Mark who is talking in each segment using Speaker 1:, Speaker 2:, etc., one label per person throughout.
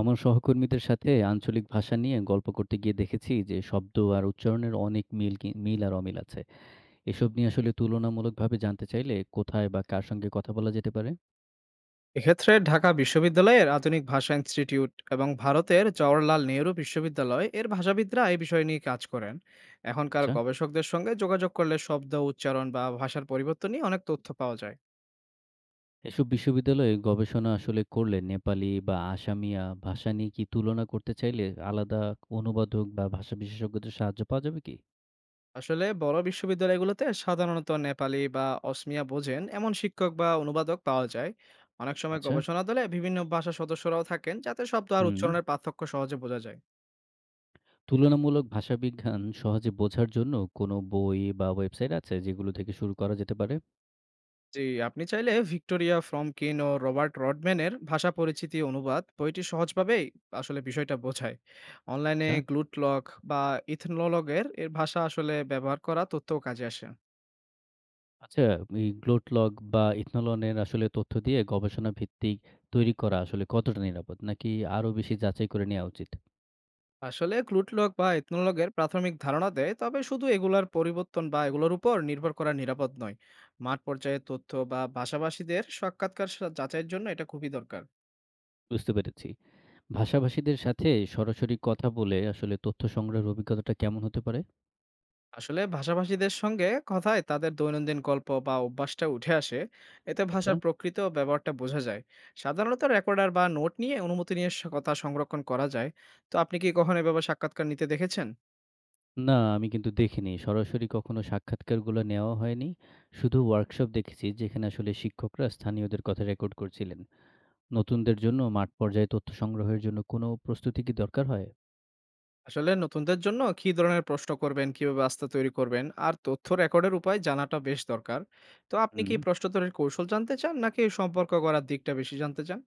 Speaker 1: আমার সহকর্মীদের সাথে আঞ্চলিক ভাষা নিয়ে গল্প করতে গিয়ে দেখেছি যে শব্দ আর উচ্চারণের অনেক মিল মিল আর অমিল আছে। এসব নিয়ে আসলে তুলনামূলকভাবে জানতে চাইলে কোথায় বা কার সঙ্গে কথা বলা যেতে পারে?
Speaker 2: এক্ষেত্রে ঢাকা বিশ্ববিদ্যালয়ের আধুনিক ভাষা ইনস্টিটিউট এবং ভারতের জওহরলাল নেহরু বিশ্ববিদ্যালয় এর ভাষাবিদরা এই বিষয় নিয়ে কাজ করেন। এখনকার
Speaker 1: আচ্ছা।
Speaker 2: গবেষকদের সঙ্গে যোগাযোগ করলে শব্দ উচ্চারণ বা ভাষার পরিবর্তন নিয়ে অনেক তথ্য পাওয়া যায়।
Speaker 1: এসব বিশ্ববিদ্যালয়ে গবেষণা আসলে করলে নেপালি বা আসামিয়া ভাষা নিয়ে কি তুলনা করতে চাইলে আলাদা অনুবাদক বা ভাষা বিশেষজ্ঞদের সাহায্য পাওয়া যাবে কি?
Speaker 2: আসলে বড় বিশ্ববিদ্যালয়গুলোতে সাধারণত নেপালি বা অসমিয়া বোঝেন এমন শিক্ষক বা অনুবাদক পাওয়া যায়। অনেক সময়
Speaker 1: আচ্ছা।
Speaker 2: গবেষণা দলে বিভিন্ন ভাষা সদস্যরাও থাকেন যাতে শব্দ আর
Speaker 1: হুম।
Speaker 2: উচ্চারণের পার্থক্য সহজে বোঝা যায়।
Speaker 1: তুলনামূলক ভাষাবিজ্ঞান সহজে বোঝার জন্য কোনো বই বা ওয়েবসাইট আছে যেগুলো থেকে শুরু করা যেতে পারে?
Speaker 2: জি, আপনি চাইলে ভিক্টোরিয়া ফ্রমকিন ও রবার্ট রডম্যানের ভাষা পরিচিতি অনুবাদ বইটি সহজভাবেই আসলে বিষয়টা বোঝায়। অনলাইনে
Speaker 1: আচ্ছা।
Speaker 2: গ্লুটলক বা ইথনোলগের এর ভাষা আসলে ব্যবহার করা তথ্যও কাজে আসে।
Speaker 1: আচ্ছা, এই গ্লোটলগ বা ইথনলনের আসলে তথ্য দিয়ে গবেষণা ভিত্তিক তৈরি করা আসলে কতটা নিরাপদ? নাকি আরো বেশি যাচাই করে নেওয়া উচিত?
Speaker 2: আসলে গ্লুটলক বা ইথনোলগের প্রাথমিক ধারণা দেয়, তবে শুধু এগুলার পরিবর্তন বা এগুলোর উপর নির্ভর করা নিরাপদ নয়। মাঠ পর্যায়ে তথ্য বা ভাষাভাষীদের সাক্ষাৎকার যাচাইয়ের জন্য এটা খুবই দরকার।
Speaker 1: বুঝতে পেরেছি। ভাষাভাষীদের সাথে সরাসরি কথা বলে আসলে তথ্য সংগ্রহের অভিজ্ঞতাটা কেমন হতে পারে?
Speaker 2: আসলে ভাষাভাষীদের সঙ্গে কথায় তাদের দৈনন্দিন গল্প বা অভ্যাসটা উঠে আসে। এতে
Speaker 1: আচ্ছা।
Speaker 2: ভাষার প্রকৃত ব্যবহারটা বোঝা যায়। সাধারণত রেকর্ডার বা নোট নিয়ে অনুমতি নিয়ে কথা সংরক্ষণ করা যায়। তো আপনি কি কখনো এভাবে সাক্ষাৎকার নিতে দেখেছেন?
Speaker 1: না, আমি কিন্তু দেখিনি। সরাসরি কখনো সাক্ষাৎকারগুলো নেওয়া হয়নি। শুধু ওয়ার্কশপ দেখেছি যেখানে আসলে শিক্ষকরা স্থানীয়দের কথা রেকর্ড করছিলেন। নতুনদের জন্য মাঠ পর্যায়ে তথ্য সংগ্রহের জন্য কোনো প্রস্তুতি কি দরকার হয়?
Speaker 2: আসলে নতুনদের জন্য কী ধরনের প্রশ্ন করবেন, কিভাবে আস্থা তৈরি করবেন আর তথ্য রেকর্ডের উপায় জানাটা বেশ দরকার। তো আপনি কি
Speaker 1: হুম।
Speaker 2: প্রশ্ন তৈরির কৌশল জানতে চান, নাকি সম্পর্ক করার দিকটা বেশি জানতে চান?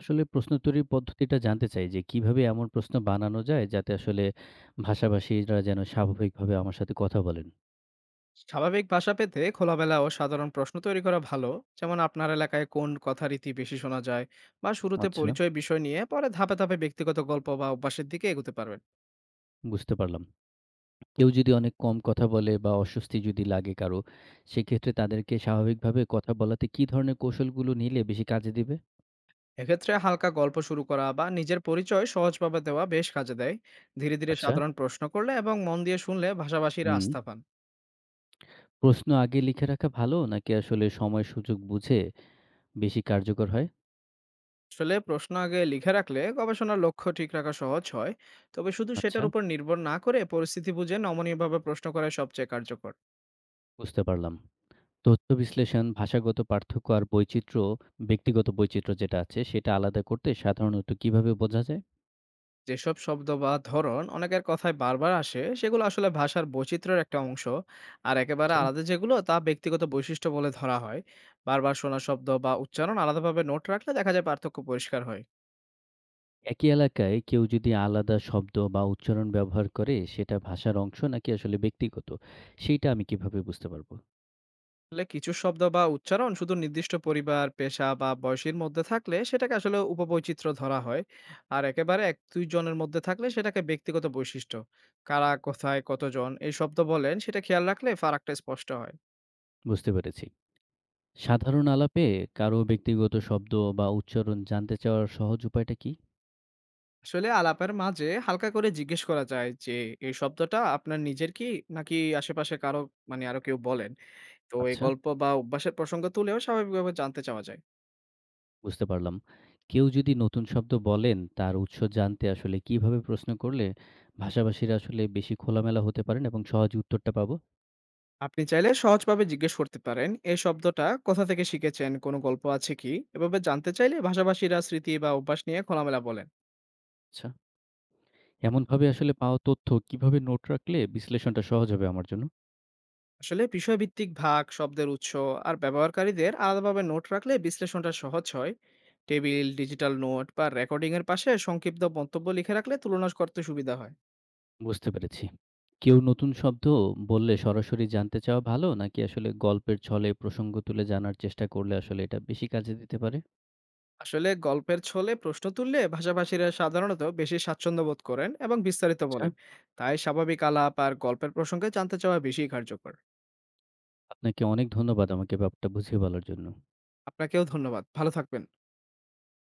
Speaker 1: আসলে প্রশ্ন তৈরির পদ্ধতিটা জানতে চাই যে কিভাবে এমন প্রশ্ন বানানো যায় যাতে আসলে ভাষাভাষীরা যেন স্বাভাবিকভাবে আমার সাথে কথা বলেন?
Speaker 2: স্বাভাবিক ভাষা পেতে খোলামেলা ও সাধারণ প্রশ্ন তৈরি করা ভালো। যেমন আপনার এলাকায় কোন কথা রীতি বেশি শোনা যায়, বা শুরুতে
Speaker 1: আচ্ছা,
Speaker 2: পরিচয় বিষয় নিয়ে পরে ধাপে ধাপে ব্যক্তিগত গল্প বা অভ্যাসের দিকে এগোতে পারবেন।
Speaker 1: বুঝতে পারলাম। কেউ যদি অনেক কম কথা বলে বা অস্বস্তি যদি লাগে কারো, সেক্ষেত্রে তাদেরকে স্বাভাবিকভাবে কথা বলাতে কি ধরনের কৌশলগুলো নিলে বেশি কাজে দিবে?
Speaker 2: এক্ষেত্রে হালকা গল্প শুরু করা বা নিজের পরিচয় সহজভাবে দেওয়া বেশ কাজে দেয়। ধীরে ধীরে
Speaker 1: আচ্ছা,
Speaker 2: সাধারণ প্রশ্ন করলে এবং মন দিয়ে শুনলে ভাষাভাষীরা
Speaker 1: হুম।
Speaker 2: আস্থা পান।
Speaker 1: প্রশ্ন আগে লিখে রাখা ভালো নাকি আসলে সময় সুযোগ বুঝে বেশি কার্যকর হয়?
Speaker 2: আসলে প্রশ্ন আগে লিখে রাখলে গবেষণার লক্ষ্য ঠিক রাখা সহজ হয়। তবে শুধু
Speaker 1: আচ্ছা,
Speaker 2: সেটার উপর নির্ভর না করে পরিস্থিতি বুঝে নমনীয়ভাবে প্রশ্ন করা সবচেয়ে কার্যকর।
Speaker 1: বুঝতে পারলাম। তথ্য বিশ্লেষণ, ভাষাগত পার্থক্য আর বৈচিত্র্য, ব্যক্তিগত বৈচিত্র্য যেটা আছে সেটা আলাদা করতে সাধারণত কিভাবে বোঝা যায়?
Speaker 2: যেসব শব্দ বা ধরন অনেকের কথায় বারবার আসে সেগুলো আসলে ভাষার বৈচিত্র্যের একটা অংশ। আর একেবারে
Speaker 1: আচ্ছা।
Speaker 2: আলাদা যেগুলো তা ব্যক্তিগত বৈশিষ্ট্য বলে ধরা হয়। বারবার শোনা শব্দ বা উচ্চারণ আলাদাভাবে নোট রাখলে দেখা যায় পার্থক্য পরিষ্কার হয়।
Speaker 1: একই এলাকায় কেউ যদি আলাদা শব্দ বা উচ্চারণ ব্যবহার করে সেটা ভাষার অংশ নাকি আসলে ব্যক্তিগত, সেইটা আমি কিভাবে বুঝতে পারবো?
Speaker 2: আসলে কিছু শব্দ বা উচ্চারণ শুধু নির্দিষ্ট পরিবার, পেশা বা বয়সের মধ্যে থাকলে সেটাকে আসলে উপবৈচিত্র্য ধরা হয়। আর একেবারে এক দুইজনের মধ্যে থাকলে সেটাকে ব্যক্তিগত বৈশিষ্ট্য। কারা কোথায় কতজন এই শব্দ বলেন সেটা খেয়াল রাখলে ফারাকটা স্পষ্ট হয়।
Speaker 1: বুঝতে পেরেছি। সাধারণ আলাপে কারো ব্যক্তিগত শব্দ বা উচ্চারণ জানতে চাওয়ার সহজ উপায়টা কি?
Speaker 2: আসলে আলাপের মাঝে হালকা করে জিজ্ঞেস করা যায় যে, এই শব্দটা আপনার নিজের কি নাকি আশেপাশে কারো, মানে আরো কেউ বলেন। তো এই
Speaker 1: আচ্ছা।
Speaker 2: গল্প বা অভ্যাসের প্রসঙ্গ তুলেও স্বাভাবিকভাবে জানতে চাওয়া যায়।
Speaker 1: বুঝতে পারলাম। কেউ যদি নতুন শব্দ বলেন, তার উৎস জানতে আসলে কিভাবে প্রশ্ন করলে ভাষাভাষীরা আসলে বেশি খোলামেলা হতে পারেন এবং সহজে উত্তরটা পাবো?
Speaker 2: আপনি চাইলে সহজভাবে জিজ্ঞেস করতে পারেন এই শব্দটা কোথা থেকে শিখেছেন, কোনো গল্প আছে কি? এভাবে জানতে চাইলে ভাষাভাষীরা স্মৃতি বা অভ্যাস নিয়ে খোলামেলা বলেন।
Speaker 1: আচ্ছা। এমনভাবে আসলে পাওয়া তথ্য কিভাবে নোট রাখলে বিশ্লেষণটা সহজ হবে আমার জন্য?
Speaker 2: আসলে বিষয়ভিত্তিক ভাগ, শব্দের উৎস আর ব্যবহারকারীদের আলাদাভাবে নোট রাখলে বিশ্লেষণটা সহজ হয়। টেবিল, ডিজিটাল নোট বা রেকর্ডিং এর পাশে সংক্ষিপ্ত মন্তব্য লিখে রাখলে তুলনা করতে সুবিধা হয়।
Speaker 1: বুঝতে পেরেছি। কেউ নতুন শব্দ বললে সরাসরি জানতে চাওয়া ভালো নাকি আসলে গল্পের ছলে প্রসঙ্গ তুলে জানার চেষ্টা করলে আসলে এটা বেশি কাজে দিতে পারে?
Speaker 2: আসলে গল্পের ছলে প্রশ্ন তুললে ভাষাভাষীরা সাধারণত বেশি স্বাচ্ছন্দ্য বোধ করেন এবং বিস্তারিত
Speaker 1: আচ্ছা।
Speaker 2: বলেন। তাই স্বাভাবিক আলাপ আর গল্পের প্রসঙ্গে জানতে চাওয়া বেশি কার্যকর।
Speaker 1: আপনাকে অনেক ধন্যবাদ আমাকে ব্যাপারটা বুঝিয়ে বলার জন্য।
Speaker 2: আপনাকেও ধন্যবাদ, ভালো থাকবেন।